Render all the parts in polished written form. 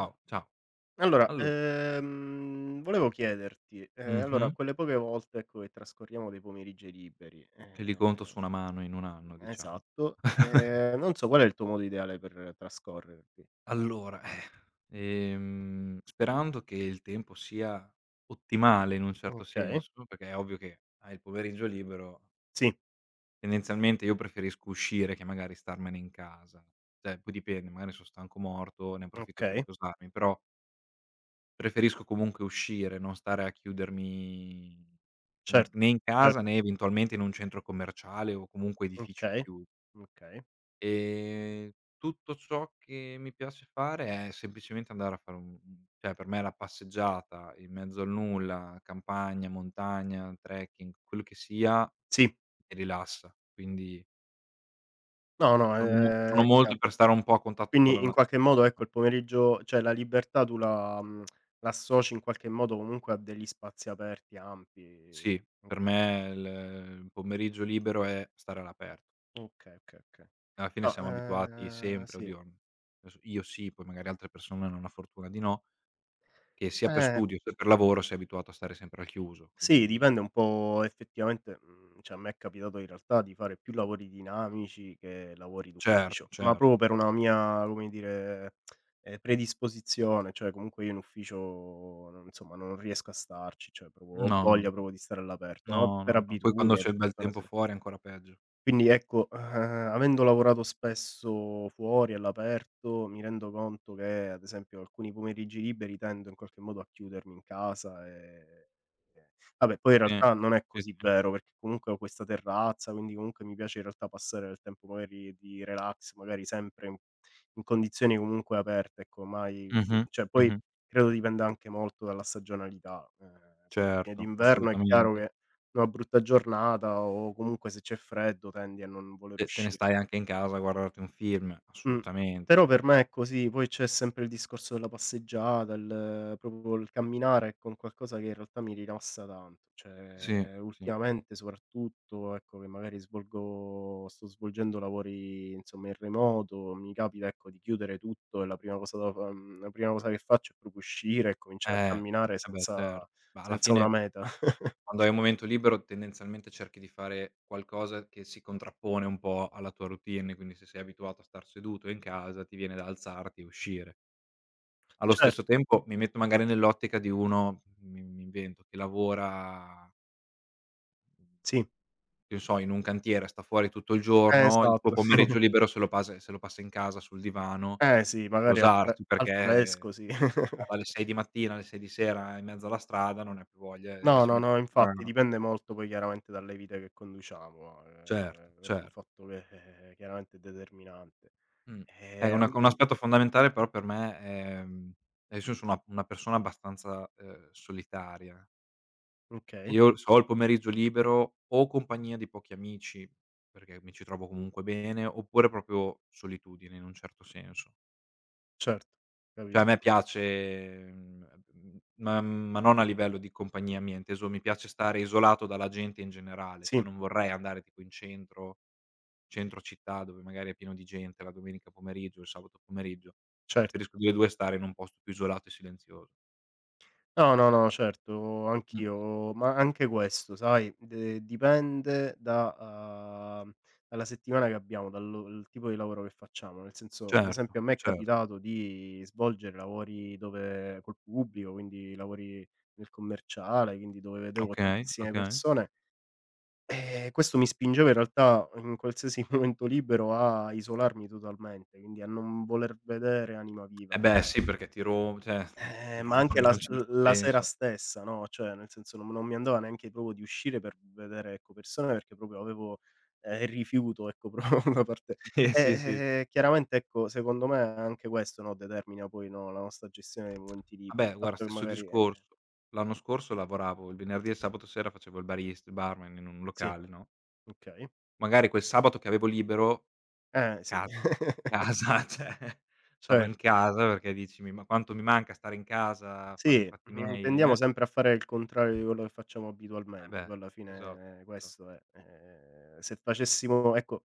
Ciao, ciao. Allo Volevo chiederti, Mh-mh, quelle poche volte, ecco, che trascorriamo dei pomeriggi liberi, che li conto su una mano in 1 anno diciamo. esatto, non so qual è il tuo modo ideale per trascorrerli? Allora, sperando che il tempo sia ottimale in un certo Okay, senso, perché è ovvio che hai il pomeriggio libero, sì, tendenzialmente io preferisco uscire che magari starmene in casa. Cioè, poi dipende, magari son stanco morto, ne approfitto per okay, riposarmi, però preferisco comunque uscire, non stare a chiudermi cer in né in cer casa, né eventualmente in un centro commerciale o comunque edifici okay, chiusi. okay. Ehm, Tutto ciò che mi piace fare è semplicemente andare a fare un cioè per me la passeggiata in mezzo al nulla, campagna, montagna, trekking, quello che sia, mi Sì, rilassa. Quindi no, no, sono è molto chiaro. per stare un po' a contatto con la Quindi in qualche natura. modo, Dicia ecco, il pomeriggio cioè la libertà tu l'associ in qualche modo comunque a degli spazi aperti, ampi. Sì, per Oka me il pomeriggio libero è stare all'aperto. okay, okay, okay. Alla fine No, siamo abituati sempre sì. oddio, adesso io sì, poi magari altre persone hanno la fortuna di no, che sia per Eh, studio, sia per lavoro, sei abituato a stare sempre al chiuso, sì, quindi dipende un po' effettivamente, cioè a me è capitato in realtà di fare più lavori dinamici che lavori certo, d'ufficio, ma certo. proprio per una mia, come dire, predisposizione, cioè comunque io in ufficio non riesco a starci, cioè proprio ho No, voglia proprio di stare all'aperto, ma no, per no, no. Poi quando abitudine, c'è per il bel tutta una tempo serie. fuori è ancora peggio. Quindi ecco, avendo lavorato spesso fuori, all'aperto, mi rendo conto che, ad esempio, alcuni pomeriggi liberi tendo in qualche modo a chiudermi in casa, e vabbè, poi in Sì, realtà non è sì, così sì. vero, perché comunque ho questa terrazza, quindi comunque mi piace in realtà passare del tempo magari di relax, magari sempre in condizioni comunque aperte, ecco, mai Mh-mh, cioè poi mh-mh. credo dipenda anche molto dalla stagionalità, poi alla fine Certo, d'inverno è chiaro assolutamente. che una brutta giornata o comunque se c'è freddo tendi a non voler Te ne usci stai anche in casa a guardarti un film, mh. assolutamente. Però per me è così, poi c'è sempre il discorso della passeggiata, il camminare è con qualcosa che in realtà mi rilassa tanto. Sì, Cioè, sì. ultimamente soprattutto, ecco, che magari svolgo sto svolgendo lavori, insomma, in remoto, mi capita, ecco, di chiudere tutto e la prima cosa che faccio è proprio uscire e cominciare a camminare Eh beh certo. senza Ma alla senza una fine meta. quando hai un momento libero tendenzialmente cerchi di fare qualcosa che si contrappone un po' alla tua routine, quindi se sei abituato a star seduto in casa ti viene da alzarti e uscire. Allo stesso Certo, tempo mi metto magari nell'ottica di uno, mi invento, che lavora, sì, che ne so, in un cantiere, sta fuori tutto il eh, giorno, il suo esatto. pomeriggio libero se lo passa in casa sul divano, Eh sì, magari al riposarsi perché fresco sì. dalle 6 di mattina alle 6 di sera in mezzo alla strada non ne ha più voglia e No, si no, mette no, sul infatti divano. dipende molto poi chiaramente dalle vite che conduciamo, Certo, quello è un cer fatto che, chiaramente è determinante. Mh. Ecco A m una un aspetto fondamentale però per me è adesso io sono una persona abbastanza, solitaria. okay, Io se ho il pomeriggio libero, o compagnia di pochi amici, perché mi ci trovo comunque bene, oppure proprio solitudine in un certo senso. certo, Cioè a me capisco. piace, ma non a livello di compagnia mia, inteso mi piace stare isolato dalla gente in generale, Sì, cioè non vorrei andare tipo in centro città dove magari è pieno di gente la domenica pomeriggio, il sabato pomeriggio. cer. Preferisco delle 2 stare in un posto più isolato e silenzioso. No, no, no, certo, Mh. anch'io, ma anche questo, sai, de dipende da dalla settimana che abbiamo, dallo il tipo di lavoro che facciamo. Nel senso, ad Certo, esempio, a me è cer capitato di svolgere lavori dove col pubblico, quindi lavori nel commerciale, quindi dove vedevo Okay, tantissime okay. persone, e questo mi spingeva in realtà, in qualsiasi momento libero, a isolarmi totalmente, quindi a non voler vedere anima viva. Eh beh sì, perché ti rom cioè ti Ma anche rompono in la un s certo l la sera senso. stessa, no, cioè nel senso non mi andava neanche proprio di uscire per vedere, ecco, persone perché proprio avevo, il rifiuto, ecco, proprio da parte Eh sì, sì, sì. Chiaramente, ecco, secondo me anche questo, no, determina poi, no, la nostra gestione dei momenti liberi, Vabbè il guarda fatto che stesso magari discorso. L'anno scorso lavoravo il venerdì e il sabato sera facevo il barman in un sì, locale, no, okay. magari quel sabato che avevo libero, Sì, casa, casa, cioè stavo cer. in casa perché dici: "Mi ma quanto mi manca stare in casa, farmi i Sì, fatti mh-mh, miei, tendiamo eh?" sempre a fare il contrario di quello che facciamo Eh abitualmente, beh, poi alla esatto, fine esatto, questo è. Se facessimo ecco,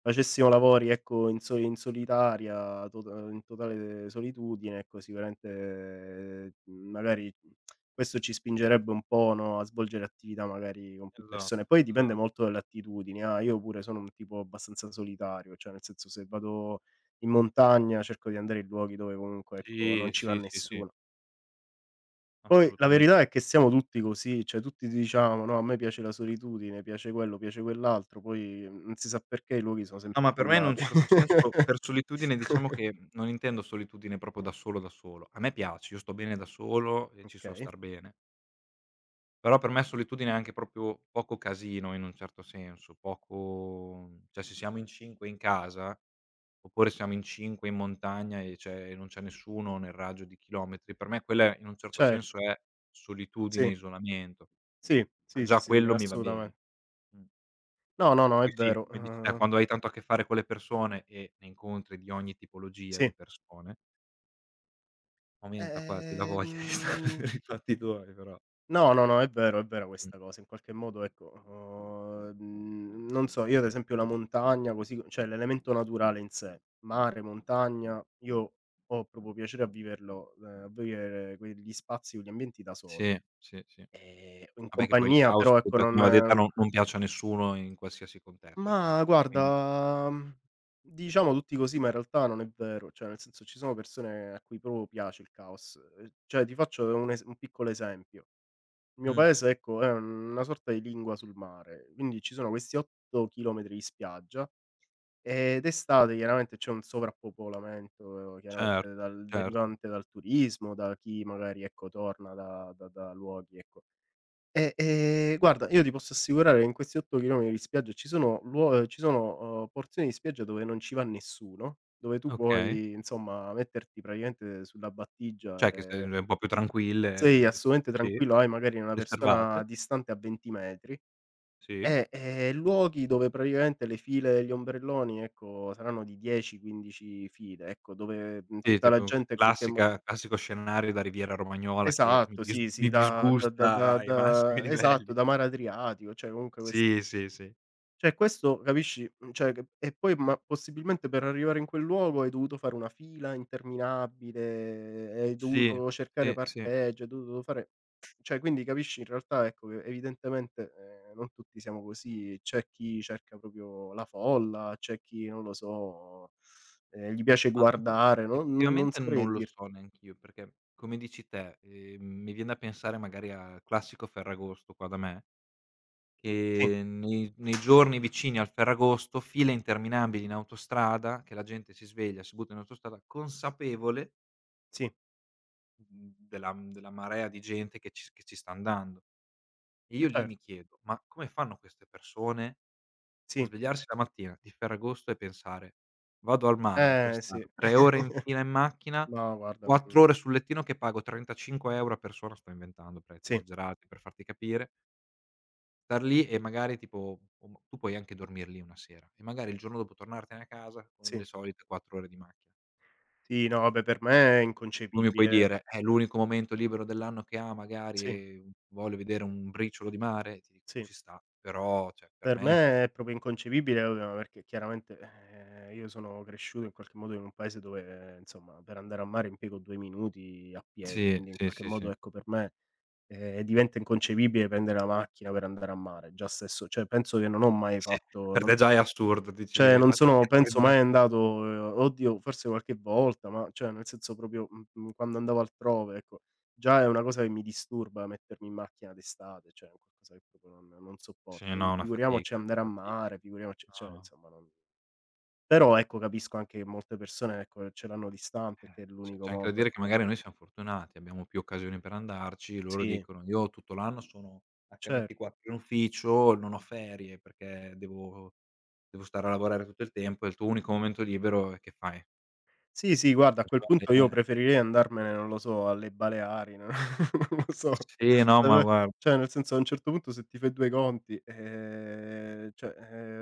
facessimo lavori, ecco, in solitaria, tota in totale solitudine, ecco, sicuramente, magari questo ci spingerebbe un po', no, a svolgere attività magari con più esatto, persone. Poi dipende esatto. molto dalle attitudini, ah, io pure sono un tipo abbastanza solitario, cioè nel senso se vado in montagna cerco di andare in luoghi dove comunque, ecco, non Sì, ci va sì, sì, sì, nessuno. Poi la verità assolutamente. è che siamo tutti così, cioè tutti diciamo: "No, a me piace la solitudine, piace quello, piace quell'altro", poi non si sa perché i luoghi sono No, sempre ma per me in un affollati. certo senso per solitudine diciamo che, non intendo solitudine proprio da solo, da solo. A me piace, io sto bene da solo e ci so Okay, star bene. Però per me solitudine è anche proprio poco casino in un certo senso, poco cioè se siamo in 5 in casa, oppure siamo in 5 in montagna e c'è e non c'è nessuno nel raggio di chilometri, per me quella in un certo certo, senso è solitudine, sì, isolamento. sì, sì, sì, Già sì, quello mi va assolutamen. bene. Mh. No, no, no, è Poi sì, vero, come dici te, quando hai tanto a che fare con le persone e ne incontri di ogni tipologia di sì. persone, aumenta quasi la Ehm. voglia di stare per i fatti tuoi però. No, no, no, è vero, è vera Mh. questa cosa. In qualche modo ecco, non so, io ad esempio la montagna così cioè l'elemento naturale in sé, mare, montagna, io ho proprio piacere a viverlo a vivere quegli spazi, quegli ambienti da solo. Sì, sì, sì. In Vabbè che poi il compagnia caos, però ecco detta non come va detta, non piace a nessuno in qualsiasi contesto il ma caos, quindi guarda, diciamo tutti così, ma in realtà non è vero, cioè nel senso ci sono persone a cui proprio piace il caos. Cioè ti faccio un piccolo esempio. Il mio mh, paese ecco è una sorta di lingua sul mare, quindi ci sono questi 8 chilometri di spiaggia, e d'estate chiaramente c'è un sovrappopolamento certo, chiaramente dal certo. derivante dal turismo, da chi magari ecco torna da luoghi ecco. E, guarda io ti posso assicurare che in questi 8 chilometri di spiaggia ci sono, porzioni di spiaggia dove non ci va nessuno, dove tu Okay. puoi insomma metterti praticamente sulla battigia Cioè che sei e un po' più sei tranquille, ris assolutamente sì, tranquillo, hai magari una riservate, persona distante a 20 metri sì. e, luoghi dove praticamente le file degli ombrelloni, ecco, saranno di 10, 15 file, ecco, dove, Sì, tutta la tipo c gente in qualche mo classica classico scenario da Riviera Romagnola che esatto, sì, mi sì, da da da disgusta da ai massimi da esatto, livelli. da mare Adriatico, cioè comunque queste. Sì, sì, sì. Cioè questo capisci, cioè che e poi ma possibilmente per arrivare in quel luogo hai dovuto fare una fila interminabile, hai Sì, dovuto cercare sì, sì. parcheggio, hai dovuto fare cioè quindi capisci in realtà ecco che evidentemente, non tutti siamo così, c'è chi cerca proprio la folla, c'è chi non lo so, gli piace Ma infatti guardare, no non effettivamente saprei non che lo dirti. so neanch'io, perché come dici te, mi vien da pensare magari al classico Ferragosto qua da me, Sì, che nei giorni vicini al Ferragosto, file interminabili in autostrada, che la gente si sveglia, si butta in autostrada consapevole, sì, mhmm, della della marea di gente che ci sta andando. E io lì certo, mi chiedo: ma come fanno queste persone a sì. svegliarsi la mattina di Ferragosto e pensare: "Vado al mare per Eh sì. stare 3 ore in fila in macchina, No guarda non 4 ore sul lettino che pago 35 € a persona", sto inventando prezzi sì, esagerati per farti capire, star lì e magari tipo o tu puoi anche dormir lì una sera e magari il giorno dopo tornartene a casa con le sì. solite 4 ore di macchina. Sì, no vabbè per me è Tu mi puoi inconcepibile. dire: "È l'unico momento libero dell'anno che ha magari Sì, e voglio vedere un briciolo di mare", ti dico: sì. "Ci sta". Però cioè per Per me è infa me è proprio inconcepibile, ovvio, ma perché chiaramente, io sono cresciuto in qualche modo in un paese dove, insomma, per andare a mare impiego 2 minuti a piedi, Sì, quindi in sì, qualche sì, modo, sì. ecco, per me, diventa inconcepibile prendere la macchina per andare a mare, già stesso cioè penso che non ho mai Sì, fatto per non te s. già è assurdo, dici: Cioè non "Ah, sono perché penso prendi la". mai andato oddio forse qualche volta, ma cioè nel senso proprio, quando andavo altrove, ecco. Già è una cosa che mi disturba mettermi in macchina d'estate, cioè è un qualcosa che proprio non Sì, sopporto, no, quindi una figuriamoci fatica, una andare a fatica. mare, figuriamoci No, cioè no, insomma non però ecco capisco anche che molte persone, ecco, ce l'hanno distante, che è c'è l'unico c'è anche da modo, dire che ecco magari noi siam fortunati, abbiamo più occasioni per andarci, loro sì, dicono: "Io tutto l'anno sono cer. H24 in ufficio, non ho ferie perché devo stare a lavorare tutto il tempo e il tuo unico momento libero e che fai?" Sì, sì, guarda, a quel punto io Eh, preferirei andarmene, non lo so, alle Baleari, non non lo so. sì, no, ma Dove guarda, cioè, nel senso, a un certo punto se ti fai 2 conti, cioè,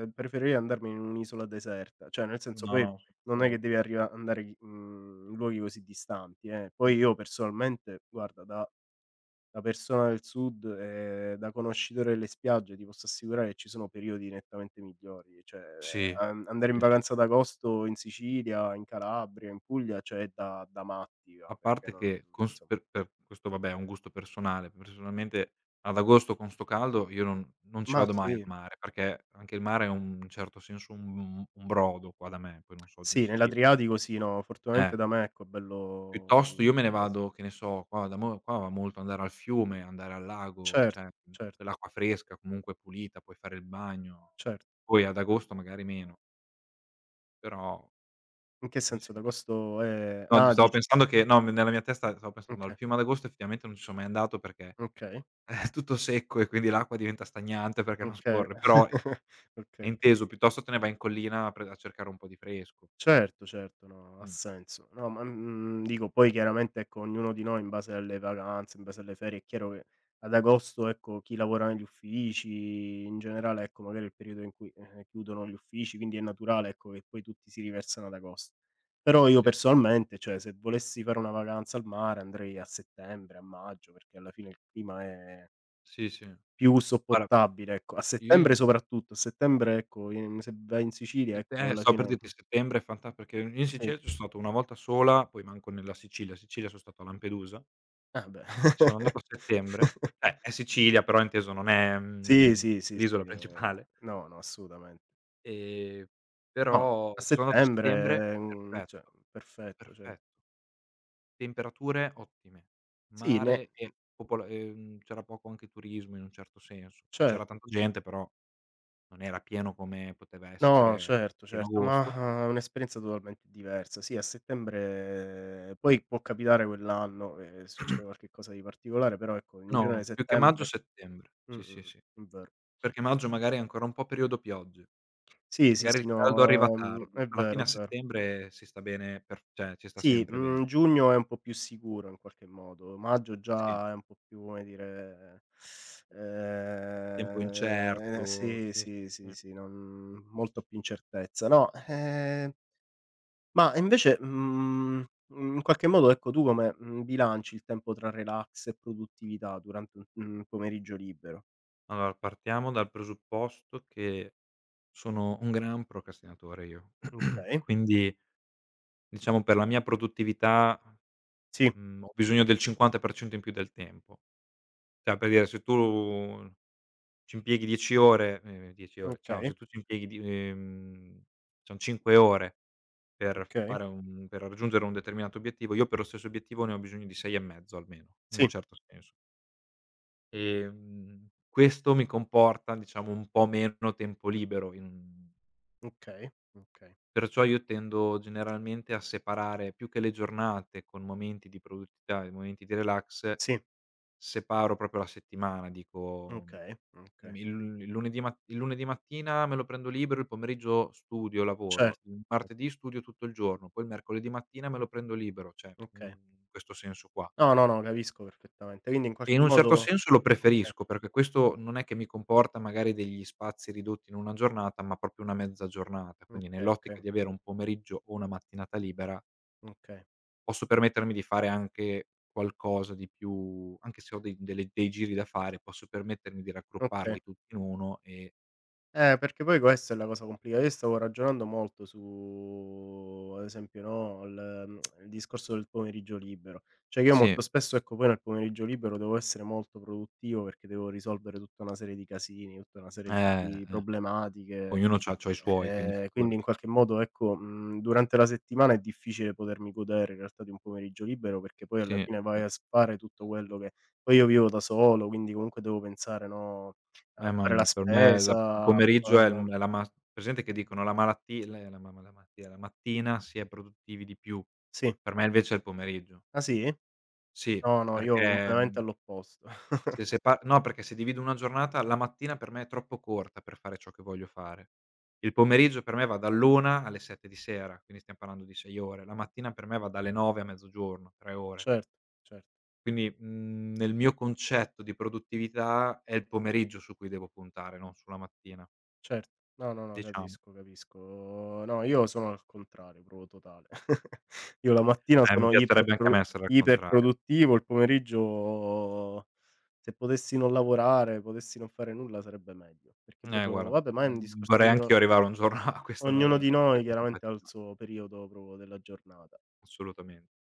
preferirei andarmene in un'isola deserta. Cioè, nel senso, no, poi no, son non è che d'accordo. devi arriva andare, in luoghi così distanti, eh. Mh. Poi io personalmente, guarda, da persona del sud e da conoscitore delle spiagge ti posso assicurare che ci sono periodi nettamente migliori, cioè Sì, an andare in sì, sì, vacanza sì. ad agosto in Sicilia, in Calabria, in Puglia, cioè è da matti, A va, perché parte non che con s insomma per questo vabbè è un gusto personale, personalmente ad agosto con 'sto caldo io non ci ma vado mai al sì, mare, perché anche il mare è un in certo senso un brodo qua da me, poi non so giù in sì, Sicilia. nell'Adriatico sì, no, Eh, fortunatamente da me ecco è bello piuttosto io me ne vado, che ne so, qua da mo qua va molto andare al fiume, andare al lago, Certo, cioè, certo, dell'acqua fresca, comunque pulita, puoi fare il bagno. certo. Poi ad agosto magari meno, però In che sì, senso ad sì. agosto è No, ah stavo dici pensando che no, nella mia testa stavo pensando al okay, fiume ad agosto effettivamente non ci sono mai andato perché okay, tutto secco e quindi l'acqua diventa stagnante perché non okay, scorre, però è okay. inteso, piuttosto te ne vai in collina a pre a cercare un po' di fresco. Certo, certo, no, ha Mh. senso. No, ma, dico poi chiaramente, ecco, ognuno di noi in base alle vacanze, in base alle ferie, è chiaro che ad agosto, ecco, chi lavora negli uffici, in generale, ecco, magari è il periodo in cui, chiudono gli uffici, quindi è naturale, ecco, che poi tutti si riversano ad agosto. Però io Sì, personalmente, cioè, se volessi fare una vacanza al mare andrei a settembre, a maggio, perché alla fine il clima è sì, sì, sì. più Guarda, sopportabile, ecco. A io settembre in soprattutto, a settembre, ecco, in se vai in Sicilia, ecco, alla sto per fine dirti settembre è fanta perché in sì. Sicilia ci sono stato una volta sola, poi manco nella Sicilia, Sicilia sono stato a Lampedusa, Ah beh. ci sono andato a settembre, è Sicilia però inteso non è, Sì, sì, sì, sì, l'isola principale, no, no, assolutamente. ehm, No, però a ci sono andato a settembre, settembre cioè perfetto, perfetto, cer perfetto. Temperature ottime, sì, ne mare e popola c'era poco anche turismo in un certo senso, cioè c'era certo. tanta gente però non era pieno come poteva No, essere a certo, pieno certo, agosto. ma è un'esperienza totalmente diversa. Sì, a settembre poi può capitare quell'anno che succede qualcosa di particolare, però ecco, in genere No, più che maggio, settembre settembre. mh, Sì, mh, sì, sì. È vero. Perché maggio magari è ancora un po' periodo piogge, Sì, sì, magari sì, il caldo no, arriva tardi, è alla vero, fine è a vero. settembre si sta bene per cioè ci sta Sì, sempre bene. Giugno è un po' più sicuro in qualche modo, maggio Sì, già è un po' più, come dire, tempo incerto, sì, sì, sì, sì, sì. sì, sì, non molto più incertezza. No, ma invece, in qualche modo ecco, tu come, bilanci il tempo tra relax e produttività durante un pomeriggio libero? Allora partiamo dal presupposto che sono un gran procrastinatore io, Okay, quindi. Diciamo per la mia produttività, sì, ho bisogno del 50% in più del tempo. Cioè per dire se tu ci impieghi 10 ore 10 ore, ciao, okay, se tu ci impieghi di son 5 ore per okay, fare un per raggiungere un determinato obiettivo, io per lo stesso obiettivo ne ho bisogno di 6 e mezzo almeno, in un sì, certo senso. Questo mi comporta diciamo un po' meno tempo libero in okay, okay, perciò io tendo generalmente a separare più che le giornate con momenti di produttività e momenti di relax, sì, separo proprio la settimana, dico okay, okay, mhmm, il il lunedì mattina me lo prendo libero, il pomeriggio studio, lavoro, certo, il certo, martedì studio tutto il giorno, poi il mercoledì mattina me lo prendo libero, cioè non okay. in questo senso qua. No, no, no, capisco perfettamente. Quindi in E in qualche un certo modo senso lo okay, preferisco, perché questo non è che mi comporta magari degli spazi ridotti in una giornata, ma proprio una mezza giornata, quindi okay, okay, nell'ottica di avere un pomeriggio o una mattinata libera okay, posso permettermi di fare anche qualcosa di più anche se ho dei giri da fare, posso permettermi di okay. raggrupparli tutti in uno e Perché poi questa è la cosa complica io stavo ragionando molto su ad esempio, no, il il discorso del pomeriggio libero. Cioè che io sì. molto spesso, ecco, poi nel pomeriggio libero devo essere molto produttivo perché devo risolvere tutta una serie di casini, tutta una serie di Eh. problematiche. Ognuno c'ha i suoi, quindi Quindi figurati. in qualche modo ecco, durante la settimana è difficile potermi godere in realtà di un pomeriggio libero, perché poi Sì, alla eh. fine vai a fare tutto quello che poi io vivo da solo, quindi comunque devo pensare, no, a Ma, fare la per me la il spesa, a. pomeriggio è l è la ma presente che dicono la malatti le la ma la mattia la mattina si è produttivi di più. Sì. Per me invece è il pomeriggio. Ah sì? Sì, No, no, io perché, completamente mhmm all'opposto. Se sepa no, perché se divido una giornata la mattina per me è troppo corta per fare ciò che voglio fare. Il pomeriggio per me va dall'1 alle 7 di sera, quindi stiam parlando di 6 ore. La mattina per me va dalle 9 a mezzogiorno, 3 ore. Certo, cer. Quindi, nel mio concetto di produttività è il pomeriggio su cui devo puntare, non sulla mattina, Certo. No, no, no, diciamo. capisco, capisco. No, io sono al contrario, proprio totale. Io la mattina Mi sono piacerebbe anche a me essere al iper contrario. produttivo, il pomeriggio se potessi non lavorare, potessi non fare nulla sarebbe meglio, perché proprio Guarda, vabbè, ma è un v discorso vorrei anch'io arrivare un giorno a questa ognuno a di noi questa chiaramente ha il capacità, suo periodo proprio della giornata. assolutamente.